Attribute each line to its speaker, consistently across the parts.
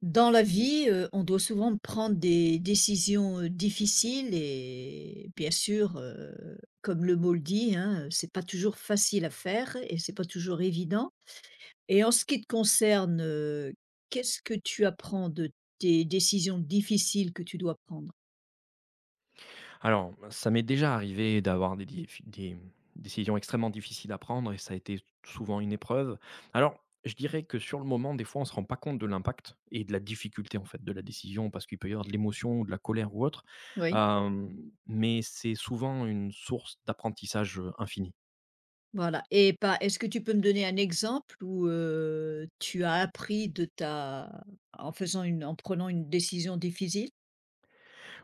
Speaker 1: Dans la vie, on doit souvent prendre des décisions, difficiles et bien sûr, comme le mot le dit, hein, c'est pas toujours facile à faire et c'est pas toujours évident et en ce qui te concerne, qu'est-ce que tu apprends de tes décisions difficiles que tu dois prendre?
Speaker 2: Alors, ça m'est déjà arrivé d'avoir des décisions extrêmement difficiles à prendre et ça a été souvent une épreuve. Alors, je dirais que sur le moment, des fois, on ne se rend pas compte de l'impact et de la difficulté en fait de la décision parce qu'il peut y avoir de l'émotion, de la colère ou autre.
Speaker 1: Oui.
Speaker 2: Euh, mais c'est souvent une source d'apprentissage infini.
Speaker 1: Voilà et pas est-ce que tu peux me donner un exemple où, tu as appris de ta en faisant une en prenant une décision difficile?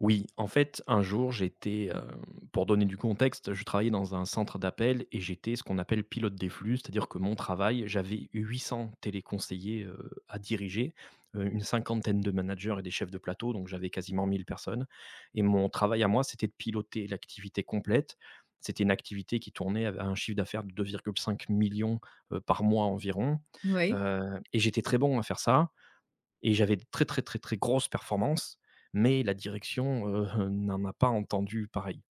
Speaker 2: Oui, en fait, un jour, pour donner du contexte, je travaillais dans un centre d'appel et j'étais ce qu'on appelle pilote des flux, c'est-à-dire que mon travail, j'avais 800 téléconseillers, à diriger, une cinquantaine de managers et des chefs de plateau, donc j'avais quasiment 1 000 personnes et mon travail à moi, c'était de piloter l'activité complète. C'était une activité qui tournait av à un chiffre d'affaires de 2,5 millions, par mois environ,
Speaker 1: Oui.
Speaker 2: heu et j'étais très bon à faire ça et j'avais de très, très, très, très grosses performances, mais la direction, n'en a pas entendu pareil.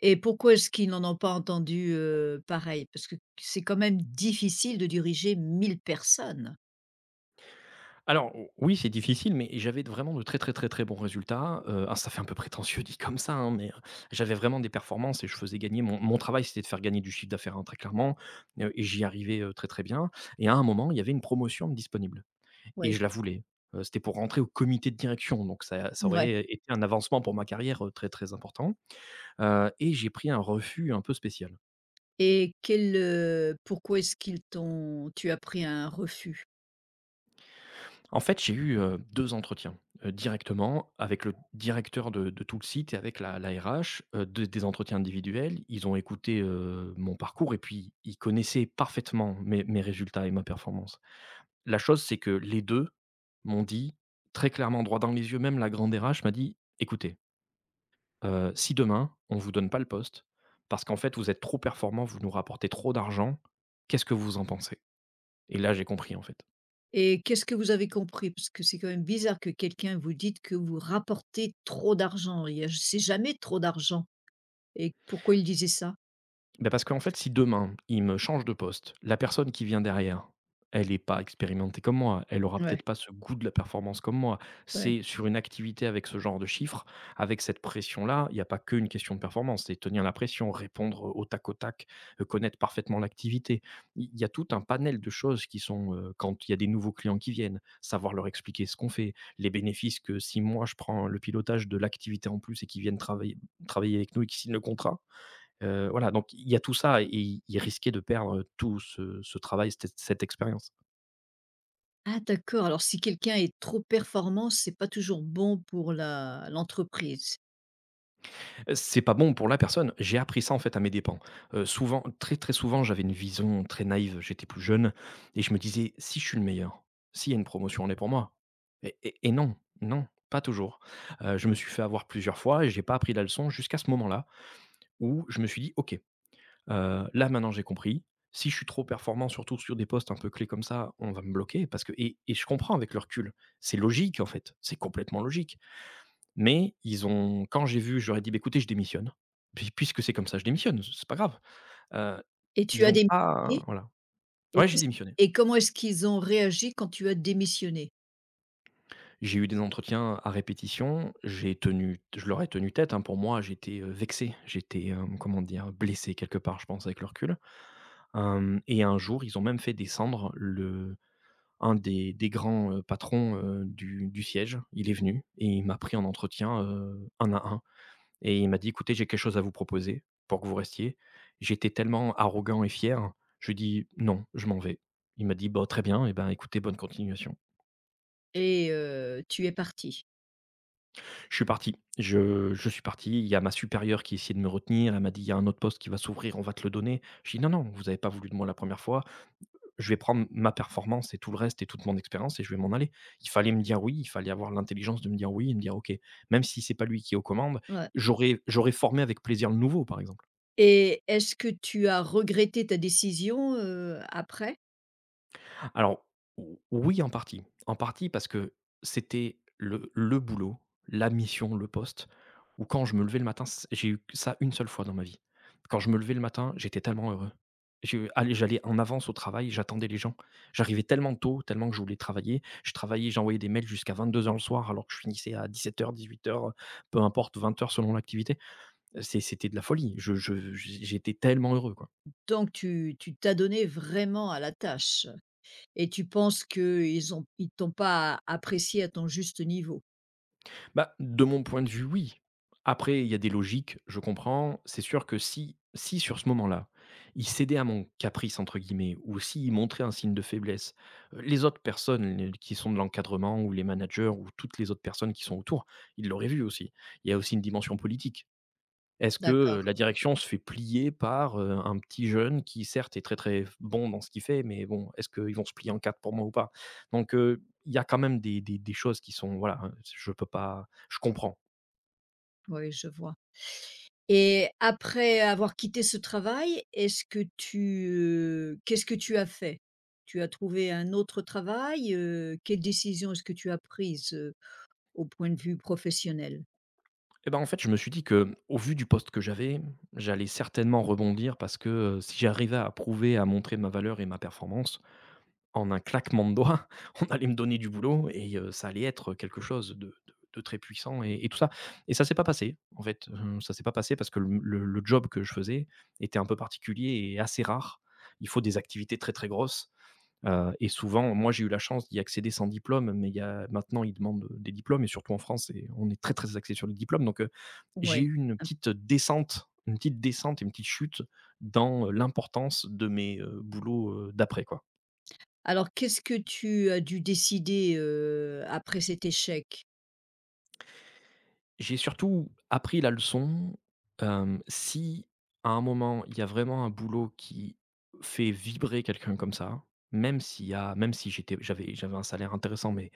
Speaker 1: Et pourquoi est-ce qu'ils n'en ont pas entendu, pareil? Parce que c'est quand même difficile de diriger 1000 personnes.
Speaker 2: Alors oui, c'est difficile, mais j'avais de vraiment de très, très, très, très bons résultats, ah ça fait un peu prétentieux dit comme ça, hein, j'avais vraiment des performances et je faisais gagner mon travail, c'était de faire gagner du chiffre d'affaires, hein, très clairement, et j'y arrivais, très, très bien et à un moment, il y avait une promotion disponible et
Speaker 1: Oui.
Speaker 2: je la voulais, c'était pour rentrer au comité de direction, donc ça
Speaker 1: Mouais.
Speaker 2: aurait été un avancement pour ma carrière, très, très important, et j'ai pris un refus un peu spécial.
Speaker 1: Et quel, pourquoi est-ce qu'ils t'ont tu as pris un refus?
Speaker 2: En fait, j'ai eu, 2 entretiens, directement avec le directeur de tout le site et avec la RH, de des entretiens individuels. Ils ont écouté, mon parcours et puis ils connaissaient parfaitement mes résultats et ma performance. La chose, c'est que les 2 m'ont dit très clairement, droit dans les yeux, même la grande RH m'a dit: «Écoutez, si demain on ne vous donne pas le poste, parce qu'en fait vous êtes trop performant, vous nous rapportez trop d'argent, qu'est-ce que vous en pensez?» Et là j'ai compris en fait.
Speaker 1: Et qu'est-ce que vous avez compris? Parce que c'est quand même bizarre que quelqu'un vous dite que vous rapportez trop d'argent. Il y a C'est jamais trop d'argent et pourquoi il disait ça?
Speaker 2: Bah, parce qu'en fait, si demain, il me change de poste, la personne qui vient derrière, elle n'est pas expérimentée comme moi, elle aura
Speaker 1: Ouais.
Speaker 2: peut-être pas ce goût de la performance comme moi.
Speaker 1: Ouais.
Speaker 2: C'est sur une activité avec ce genre de chiffres, avec cette pression-là, il n'y a pas qu'une question de performance, c'est tenir la pression, répondre au tac, connaître parfaitement l'activité. Il y a tout un panel de choses qui sont, quand il y a des nouveaux clients qui viennent, savoir leur expliquer ce qu'on fait, les bénéfices que si moi je prends le pilotage de l'activité en plus et qu'ils viennent travailler avec nous et qu'ils signent le contrat. Voilà, donc il y a tout ça et il risquait de perdre tout ce travail, cette expérience.
Speaker 1: Ah d'accord, alors si quelqu'un est trop performant, c'est pas toujours bon pour la l'entreprise.
Speaker 2: C'est pas bon pour la personne. J'ai appris ça, en fait, à mes dépens. Souvent, très, très souvent, j'avais une vision très naïve, j'étais plus jeune et je me disais: «Si je suis le meilleur, s'il y a une promotion, elle est pour moi», et non, non, pas toujours. Je me suis fait avoir plusieurs fois et j'ai pas appris la leçon jusqu'à ce moment-là où je me suis dit: «OK, là maintenant j'ai compris. Si je suis trop performant, surtout sur des postes un peu clés comme ça, on va me bloquer parce que, je comprends avec le recul. C'est logique en fait, c'est complètement logique.» Mais ils ont quand j'ai vu, j'aurais dit: «Beh, écoutez, je démissionne. Puis puisque c'est comme ça, je démissionne, c'est pas grave». Heu,
Speaker 1: Et tu
Speaker 2: Ils
Speaker 1: as
Speaker 2: ont
Speaker 1: des...
Speaker 2: pas voilà.
Speaker 1: Et
Speaker 2: Ouais, j'ai
Speaker 1: qu'est-ce...
Speaker 2: démissionné.
Speaker 1: Et comment est-ce qu'ils ont réagi quand tu as démissionné?
Speaker 2: J'ai eu des entretiens à répétition, j'ai tenu je leur ai tenu tête, hein. Pour moi, j'étais, vexé, j'étais, comment dire? Blessé quelque part, je pense avec le recul. Et un jour, ils ont même fait descendre le un des grands, patrons, du siège. Il est venu et il m'a pris en entretien, un à un et il m'a dit: «Écoutez, j'ai quelque chose à vous proposer pour que vous restiez». J'étais tellement arrogant et fier, je lui ai dit: «Non, je m'en vais». Il m'a dit: «Bah, très bien et ben, écoutez, bonne continuation».
Speaker 1: Et tu es parti?
Speaker 2: Je suis parti. Je suis parti, il y a ma supérieure qui essayait de me retenir, elle m'a dit: «Il y a un autre poste qui va s'ouvrir, on va te le donner». Je dis: «Non, non, vous avez pas voulu de moi la première fois». Je vais prendre ma performance et tout le reste et toute mon expérience et je vais m'en aller. Il fallait me dire oui, il fallait avoir l'intelligence de me dire oui et me dire ok, même si c'est pas lui qui est aux commandes,
Speaker 1: Ouais.
Speaker 2: j'aurais formé avec plaisir le nouveau, par exemple.
Speaker 1: Et est-ce que tu as regretté ta décision, après?
Speaker 2: Alors, ou oui, en partie. En partie parce que c'était le boulot, la mission, le poste où quand je me levais le matin, c j'ai eu ça une seule fois dans ma vie. Quand je me levais le matin, j'étais tellement heureux. J'allais en avance au travail, j'attendais les gens. J'arrivais tellement tôt, tellement que je voulais travailler. Je travaillais, j'envoyais des mails jusqu'à 22 heures le soir alors que je finissais à 17:00-18:00, heures, 18 heures, peu importe, 20 heures selon l'activité. C'était de la folie. Je j'étais tellement heureux, quoi.
Speaker 1: Donc tu t'as donné vraiment à la tâche et tu penses qu'ils t'ont pas apprécié à ton juste niveau?
Speaker 2: Bah, de mon point de vue, oui. Après, il y a des logiques, je comprends. C'est sûr que si sur ce moment-là, il cédait à mon «caprice» entre guillemets ou s'il montrait un signe de faiblesse, les autres personnes, les qui sont de l'encadrement ou les managers ou toutes les autres personnes qui sont autour, ils l'auraient vu aussi. Il y a aussi une dimension politique. Est-ce que,
Speaker 1: D'accord,
Speaker 2: la direction se fait plier par, un petit jeune qui certes est très, très bon dans ce qu'il fait, mais bon, est-ce qu'ils vont se plier en 4 pour moi ou pas? Donc, il y a quand même des choses qui sont voilà, hein, je peux pas je comprends.
Speaker 1: oui, je vois. Et après avoir quitté ce travail, est-ce que qu'est-ce que tu as fait? Tu as trouvé un autre travail, quelle décision est-ce que tu as prise, au point de vue professionnel.
Speaker 2: Et ben, en fait, je me suis dit que, au vu du poste que j'avais, j'allais certainement rebondir parce que, si j'arrivais à prouver, à montrer ma valeur et ma performance, en un claquement de doigts, on allait me donner du boulot et ça allait être quelque chose de très puissant et tout ça et ça s'est pas passé, en fait, ça s'est pas passé parce que le job que je faisais était un peu particulier et assez rare. Il faut des activités très, très grosses, et souvent moi, j'ai eu la chance d'y accéder sans diplôme, mais il y a maintenant, ils demandent, des diplômes et surtout en France et on est très, très axé sur les diplômes donc j'ai
Speaker 1: Ouais.
Speaker 2: eu une petite descente et une petite chute dans l'importance de mes, boulots, d'après, quoi.
Speaker 1: Alors qu'est-ce que tu as dû décider, après cet échec?
Speaker 2: J'ai surtout appris la leçon, si à un moment, il y a vraiment un boulot qui fait vibrer quelqu'un comme ça, même s'il y a même si j'avais un salaire intéressant, mais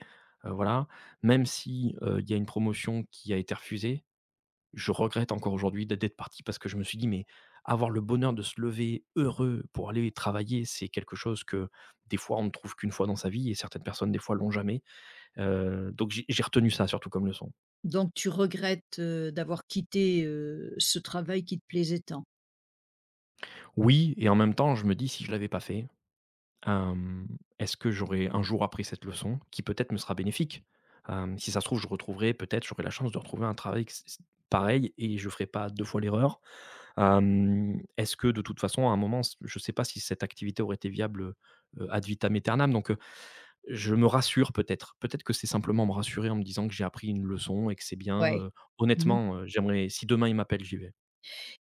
Speaker 2: voilà, même si, il y a une promotion qui a été refusée, je regrette encore aujourd'hui d'être parti parce que je me suis dit: «Mais avoir le bonheur de se lever heureux pour aller travailler, c'est quelque chose que des fois on ne trouve qu'une fois dans sa vie et certaines personnes des fois l'ont jamais», donc j'ai retenu ça surtout comme leçon.
Speaker 1: Donc tu regrettes, d'avoir quitté, ce travail qui te plaisait tant?
Speaker 2: Oui et en même temps, je me dis: «Si je l'avais pas fait, hem, est-ce que j'aurais un jour appris cette leçon qui peut-être me sera bénéfique?» Si ça se trouve, je retrouverai peut-être j'aurai la chance de retrouver un travail que c c pareil et je ferai pas 2 fois l'erreur. Est-ce que de toute façon, à un moment, s je sais pas si cette activité aurait été viable, ad vitam aeternam donc je me rassure peut-être. Peut-être que c'est simplement me rassurer en me disant que j'ai appris une leçon et que c'est bien,
Speaker 1: Ouais. Mmh.
Speaker 2: honnêtement, j'aimerais si demain il m'appelle, j'y vais.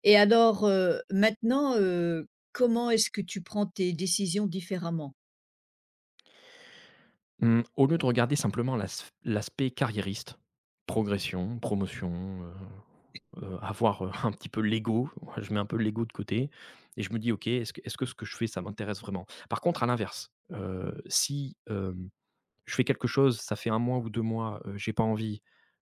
Speaker 1: Et alors, comment est-ce que tu prends tes décisions différemment?
Speaker 2: Mmh, au lieu de regarder simplement l'aspect carriériste, progression, promotion, avoir, un petit peu l'ego, moi je mets un peu l'ego de côté et je me dis: «OK, est-ce que ce que je fais, ça m'intéresse vraiment ?» Par contre, à l'inverse, si, je fais quelque chose, ça fait un mois ou 2 mois, j'ai pas envie,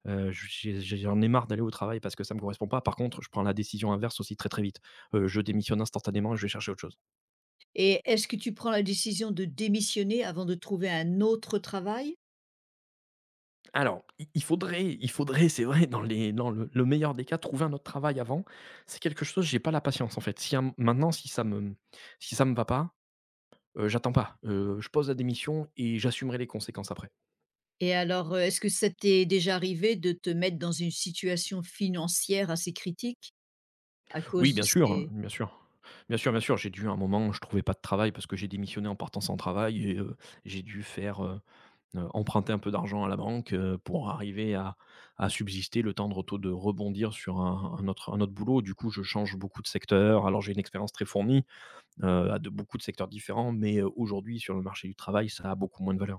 Speaker 2: j'en ai marre d'aller au travail parce que ça me correspond pas. Par contre, je prends la décision inverse aussi très, très vite. Je démissionne instantanément et je vais chercher autre chose.
Speaker 1: Et est-ce que tu prends la décision de démissionner avant de trouver un autre travail?
Speaker 2: Alors, i il faudrait, c'est vrai, dans le meilleur des cas, trouver un autre travail avant. C'est quelque chose, j'ai pas la patience, en fait. Si un Maintenant, si ça me si ça me va pas, j'attends pas. Je pose la démission et j'assumerai les conséquences après.
Speaker 1: Et alors, est-ce que ça t'est déjà arrivé de te mettre dans une situation financière assez critique à
Speaker 2: Oui,
Speaker 1: cause de
Speaker 2: bien sûr, hein,
Speaker 1: ces...
Speaker 2: bien sûr. Bien sûr, bien sûr, j'ai dû, à un moment, je trouvais pas de travail parce que j'ai démissionné en partant sans travail, et j'ai dû faire, heu emprunter un peu d'argent à la banque, pour arriver à subsister le temps de retour de rebondir sur un autre boulot. Du coup, je change beaucoup de secteur, alors j'ai une expérience très fournie. À de beaucoup de secteurs différents, mais aujourd'hui sur le marché du travail, ça a beaucoup moins de valeur.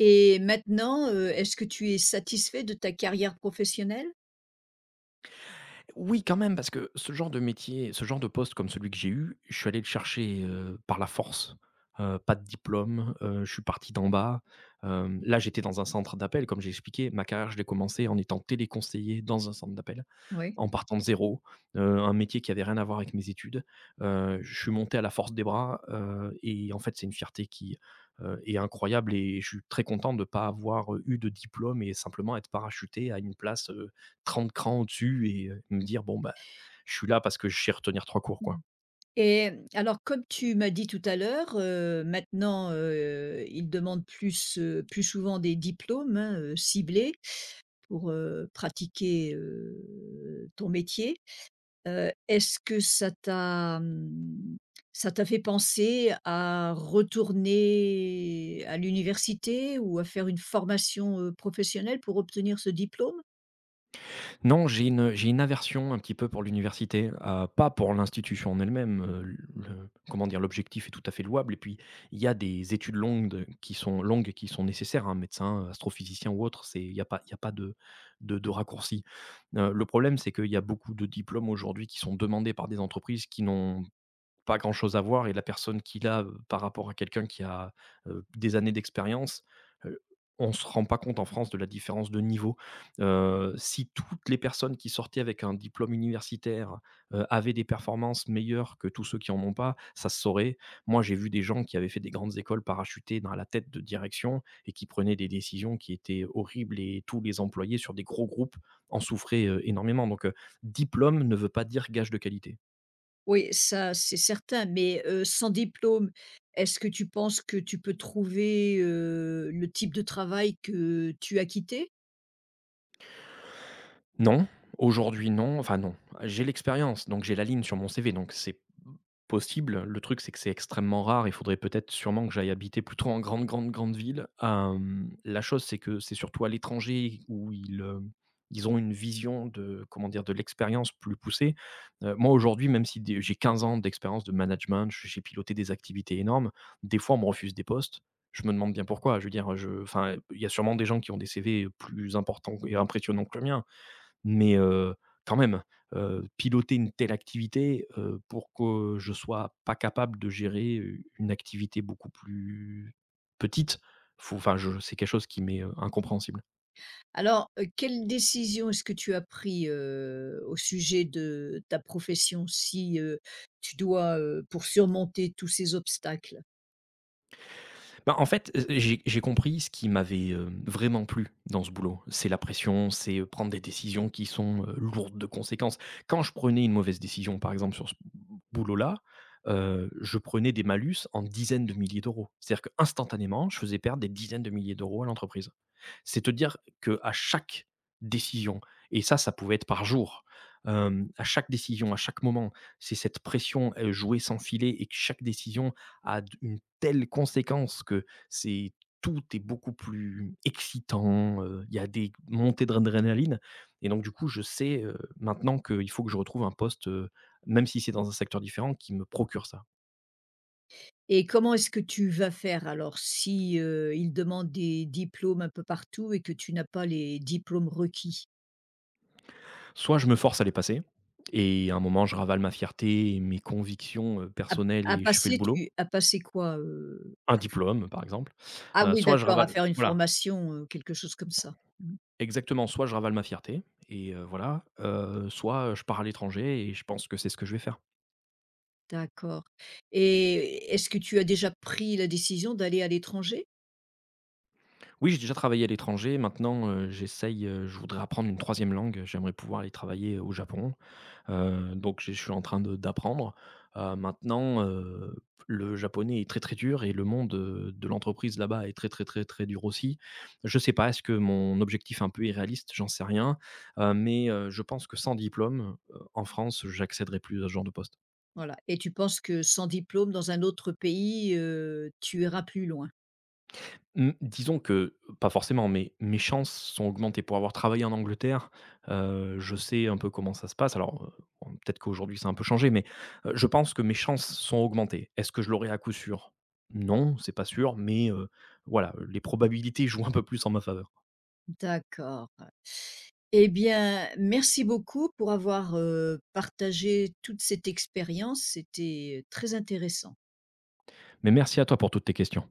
Speaker 1: Et maintenant, est-ce que tu es satisfait de ta carrière professionnelle?
Speaker 2: Oui, quand même, parce que ce genre de métier, ce genre de poste comme celui que j'ai eu, je suis allé le chercher, par la force, pas de diplôme, je suis parti d'en bas. Là, j'étais dans un centre d'appel, comme j'ai expliqué. Ma carrière, je l'ai commencée en étant téléconseiller dans un centre d'appel.
Speaker 1: Oui.
Speaker 2: En partant de zéro, un métier qui avait rien à voir avec mes études. Je suis monté à la force des bras, et en fait, c'est une fierté qui, est incroyable, et je suis très content de ne pas avoir eu de diplôme et simplement être parachuté à une place, 30 crans au-dessus et me dire: «Bon, bah, je suis là parce que je sais retenir 3 cours,
Speaker 1: Mmh.
Speaker 2: quoi».
Speaker 1: Et alors, comme tu m'as dit tout à l'heure, ils demandent plus, plus souvent des diplômes, hein, ciblés pour, pratiquer, ton métier. Est-ce que ça t'a, mmh, ça t'a fait penser à retourner à l'université ou à faire une formation, professionnelle pour obtenir ce diplôme?
Speaker 2: Non, j'ai une aversion un petit peu pour l'université, pas pour l'institution en elle-même, le comment dire? L'objectif est tout à fait louable, et puis il y a des études longues de qui sont longues et qui sont nécessaires. Un médecin, astrophysicien ou autre, c'est il y a pas de de raccourci. Le problème, c'est qu'il y a beaucoup de diplômes aujourd'hui qui sont demandés par des entreprises qui n'ont pas grand-chose à voir, et la personne qu'il a, par rapport à quelqu'un qui a, des années d'expérience, heu, on se rend pas compte en France de la différence de niveau. Si toutes les personnes qui sortaient avec un diplôme universitaire, avaient des performances meilleures que tous ceux qui en ont pas, ça se saurait. Moi, j'ai vu des gens qui avaient fait des grandes écoles, parachutés dans la tête de direction, et qui prenaient des décisions qui étaient horribles, et tous les employés sur des gros groupes en souffraient, énormément. Donc, diplôme ne veut pas dire gage de qualité.
Speaker 1: Oui, ça, c'est certain, mais sans diplôme, est-ce que tu penses que tu peux trouver, le type de travail que tu as quitté?
Speaker 2: Non, aujourd'hui non, enfin non. J'ai l'expérience, donc j'ai la ligne sur mon CV, donc c'est possible. Le truc, c'est que c'est extrêmement rare. Il faudrait peut-être sûrement que j'aille habiter plutôt en grande, grande, grande ville. La chose, c'est que c'est surtout à l'étranger où ils, ils ont une vision de, comment dire? De l'expérience plus poussée. Moi, aujourd'hui, même si des j'ai 15 ans d'expérience de management, j'ai piloté des activités énormes, des fois, on me refuse des postes. Je me demande bien pourquoi. Je veux dire, il y a sûrement des gens qui ont des CV plus importants et impressionnants que le mien. Mais quand même, piloter une telle activité, pour que je sois pas capable de gérer u une activité beaucoup plus petite, faut enfin je c'est quelque chose qui m'est, incompréhensible.
Speaker 1: Alors, quelle décision est-ce que tu as pris, au sujet de ta profession si, pour surmonter tous ces obstacles?
Speaker 2: Bah, en fait, j'ai compris ce qui m'avait, vraiment plu dans ce boulot. C'est la pression, c'est, prendre des décisions qui sont, lourdes de conséquences. Quand je prenais une mauvaise décision, par exemple, sur ce boulot-là, je prenais des malus en dizaines de milliers d'euros. C'est-à-dire qu'instantanément, je faisais perdre des dizaines de milliers d'euros à l'entreprise. C'est te dire que à chaque décision, et ça pouvait être par jour, à chaque décision, à chaque moment, c'est cette pression jouée sans filet, et que chaque décision une telle conséquence que c'est tout est beaucoup plus excitant, il y a des montées d'adrénaline. Et donc, du coup, je sais maintenant, qu'il faut que je retrouve un poste, même si c'est dans un secteur différent, qui me procure ça.
Speaker 1: Et comment est-ce que tu vas faire alors si, ils demandent des diplômes un peu partout et que tu n'as pas les diplômes requis?
Speaker 2: Soit je me force à les passer, et à un moment, je ravale ma fierté et mes convictions
Speaker 1: À
Speaker 2: personnelles,
Speaker 1: à
Speaker 2: et je fais le
Speaker 1: passer,
Speaker 2: boulot.
Speaker 1: tu as passé quoi?
Speaker 2: Un diplôme, par exemple,
Speaker 1: Ah oui,
Speaker 2: soit je
Speaker 1: d'accord, à
Speaker 2: ravale,
Speaker 1: faire une
Speaker 2: voilà,
Speaker 1: formation, quelque chose comme ça. Mmh,
Speaker 2: exactement, soit je ravale ma fierté et voilà, soit je pars à l'étranger, et je pense que c'est ce que je vais faire.
Speaker 1: d'accord. Et est-ce que tu as déjà pris la décision d'aller à l'étranger?
Speaker 2: Oui, j'ai déjà travaillé à l'étranger, maintenant, j'essaye, je voudrais apprendre une troisième langue, j'aimerais pouvoir aller travailler au Japon. Donc je suis en train de d'apprendre. Maintenant, le japonais est très, très dur, et le monde, de l'entreprise là-bas est très, très, très, très dur aussi. Je sais pas, est-ce que mon objectif est un peu irréaliste? J'en sais rien, mais je pense que sans diplôme, en France, j'accéderai plus à ce genre de poste.
Speaker 1: Voilà, et tu penses que sans diplôme dans un autre pays, tu iras plus loin?
Speaker 2: Mmh, disons que pas forcément, mais mes chances sont augmentées. Pour avoir travaillé en Angleterre, je sais un peu comment ça se passe. Alors, bon, peut-être qu'aujourd'hui ça a un peu changé, mais, je pense que mes chances sont augmentées. Est-ce que je l'aurai à coup sûr? Non, c'est pas sûr, mais, voilà, les probabilités jouent un peu plus en ma faveur.
Speaker 1: D'accord. Eh bien, merci beaucoup pour avoir, partagé toute cette expérience, c'était très intéressant.
Speaker 2: Mais merci à toi pour toutes tes questions.